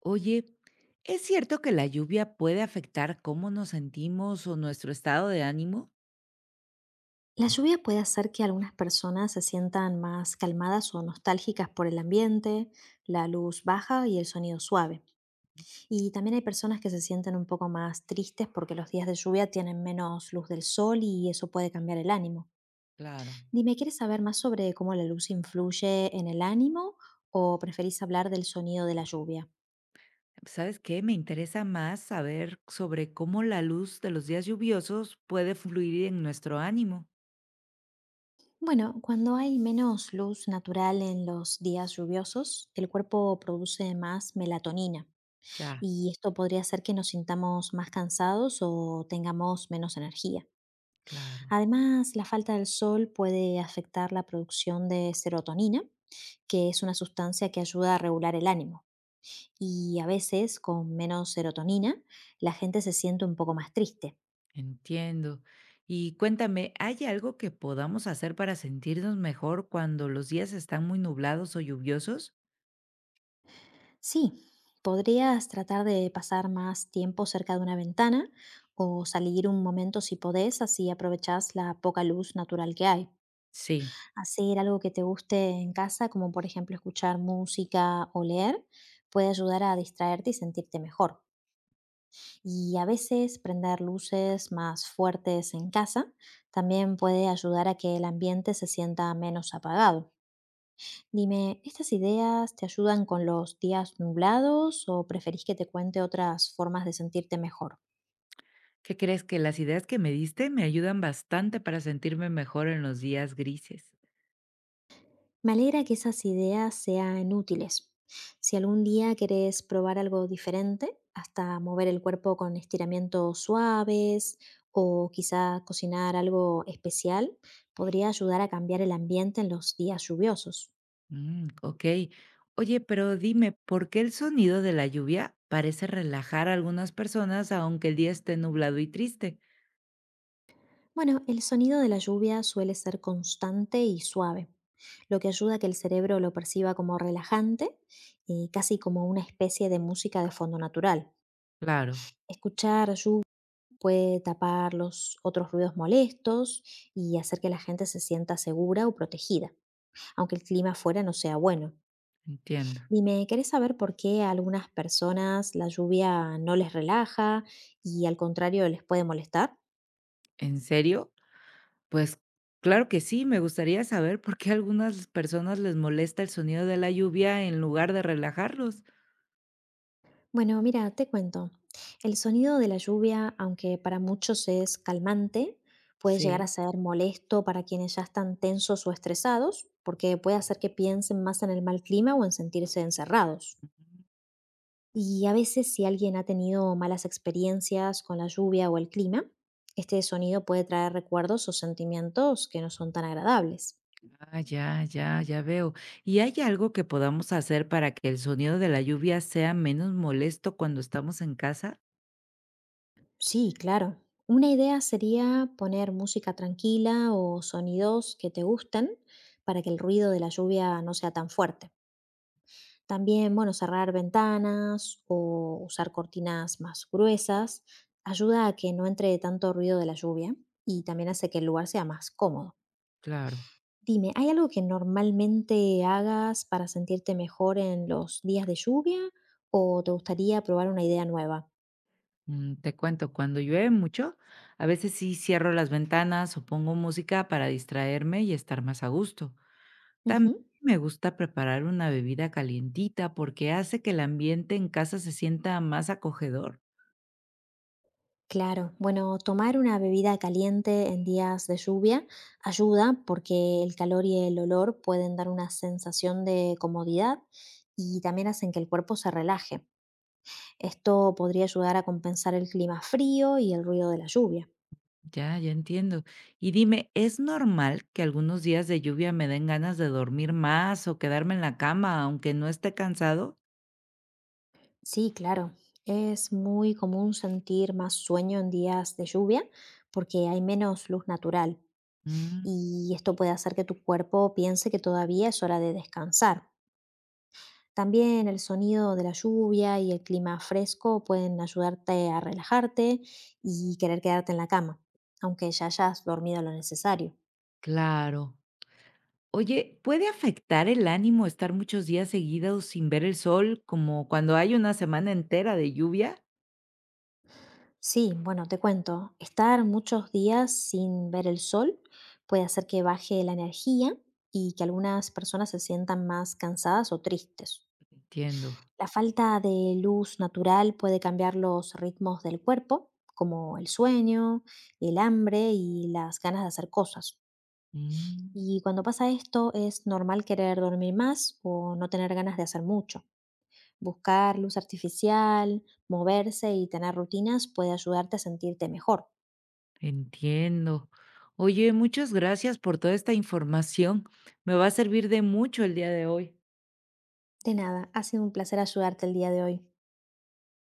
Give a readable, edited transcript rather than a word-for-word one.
Oye, ¿es cierto que la lluvia puede afectar cómo nos sentimos o nuestro estado de ánimo? La lluvia puede hacer que algunas personas se sientan más calmadas o nostálgicas por el ambiente, la luz baja y el sonido suave. Y también hay personas que se sienten un poco más tristes porque los días de lluvia tienen menos luz del sol y eso puede cambiar el ánimo. Claro. Dime, ¿quieres saber más sobre cómo la luz influye en el ánimo o preferís hablar del sonido de la lluvia? ¿Sabes qué? Me interesa más saber sobre cómo la luz de los días lluviosos puede fluir en nuestro ánimo. Bueno, cuando hay menos luz natural en los días lluviosos, el cuerpo produce más melatonina Ya, y esto podría hacer que nos sintamos más cansados o tengamos menos energía. claro, Además, la falta del sol puede afectar la producción de serotonina, que es una sustancia que ayuda a regular el ánimo. Y a veces, con menos serotonina, la gente se siente un poco más triste. entiendo. Y cuéntame, ¿hay algo que podamos hacer para sentirnos mejor cuando los días están muy nublados o lluviosos? Sí, podrías tratar de pasar más tiempo cerca de una ventana o salir un momento si podés, así aprovechás la poca luz natural que hay. Sí. Hacer algo que te guste en casa, como por ejemplo escuchar música o leer, puede ayudar a distraerte y sentirte mejor. Y a veces prender luces más fuertes en casa también puede ayudar a que el ambiente se sienta menos apagado. Dime, ¿estas ideas te ayudan con los días nublados o preferís que te cuente otras formas de sentirte mejor? ¿Qué crees que las ideas que me diste me ayudan bastante para sentirme mejor en los días grises? Me alegra que esas ideas sean útiles. Si algún día querés probar algo diferente, hasta mover el cuerpo con estiramientos suaves o quizá cocinar algo especial, podría ayudar a cambiar el ambiente en los días lluviosos. Okey. Oye, pero dime, ¿por qué el sonido de la lluvia parece relajar a algunas personas, aunque el día esté nublado y triste? Bueno, el sonido de la lluvia suele ser constante y suave, lo que ayuda a que el cerebro lo perciba como relajante y casi como una especie de música de fondo natural. Claro, Escuchar lluvia puede tapar los otros ruidos molestos y hacer que la gente se sienta segura o protegida, aunque el clima fuera no sea bueno. entiendo. Dime, ¿querés saber por qué a algunas personas la lluvia no les relaja y al contrario les puede molestar? ¿En serio? Pues claro que sí, me gustaría saber por qué a algunas personas les molesta el sonido de la lluvia en lugar de relajarlos. Bueno, mira, te cuento. El sonido de la lluvia, aunque para muchos es calmante, puede llegar a Sí. ser molesto para quienes ya están tensos o estresados, porque puede hacer que piensen más en el mal clima o en sentirse encerrados. Y a veces si alguien ha tenido malas experiencias con la lluvia o el clima, este sonido puede traer recuerdos o sentimientos que no son tan agradables. Ah, ya, ya, ya veo. ¿Y hay algo que podamos hacer para que el sonido de la lluvia sea menos molesto cuando estamos en casa? Sí, claro. Una idea sería poner música tranquila o sonidos que te gusten para que el ruido de la lluvia no sea tan fuerte. También, bueno, cerrar ventanas o usar cortinas más gruesas ayuda a que no entre tanto ruido de la lluvia y también hace que el lugar sea más cómodo. Claro. Dime, ¿hay algo que normalmente hagas para sentirte mejor en los días de lluvia o te gustaría probar una idea nueva? Te cuento, cuando llueve mucho, a veces sí cierro las ventanas o pongo música para distraerme y estar más a gusto. También Ujú. me gusta preparar una bebida calientita porque hace que el ambiente en casa se sienta más acogedor. Claro, bueno, tomar una bebida caliente en días de lluvia ayuda porque el calor y el olor pueden dar una sensación de comodidad y también hacen que el cuerpo se relaje. Esto podría ayudar a compensar el clima frío y el ruido de la lluvia. Ya, ya entiendo. Y dime, ¿es normal que algunos días de lluvia me den ganas de dormir más o quedarme en la cama aunque no esté cansado? Sí, claro. Es muy común sentir más sueño en días de lluvia porque hay menos luz natural Mm, y esto puede hacer que tu cuerpo piense que todavía es hora de descansar. También el sonido de la lluvia y el clima fresco pueden ayudarte a relajarte y querer quedarte en la cama, aunque ya hayas dormido lo necesario. claro. Oye, ¿puede afectar el ánimo estar muchos días seguidos sin ver el sol, como cuando hay una semana entera de lluvia? Sí, bueno, te cuento, estar muchos días sin ver el sol puede hacer que baje la energía y que algunas personas se sientan más cansadas o tristes. Entiendo. La falta de luz natural puede cambiar los ritmos del cuerpo, como el sueño, el hambre y las ganas de hacer cosas. Mm, Y cuando pasa esto, es normal querer dormir más o no tener ganas de hacer mucho. Buscar luz artificial, moverse y tener rutinas puede ayudarte a sentirte mejor. entiendo. Oye, muchas gracias por toda esta información. Me va a servir de mucho el día de hoy. De nada, ha sido un placer ayudarte el día de hoy.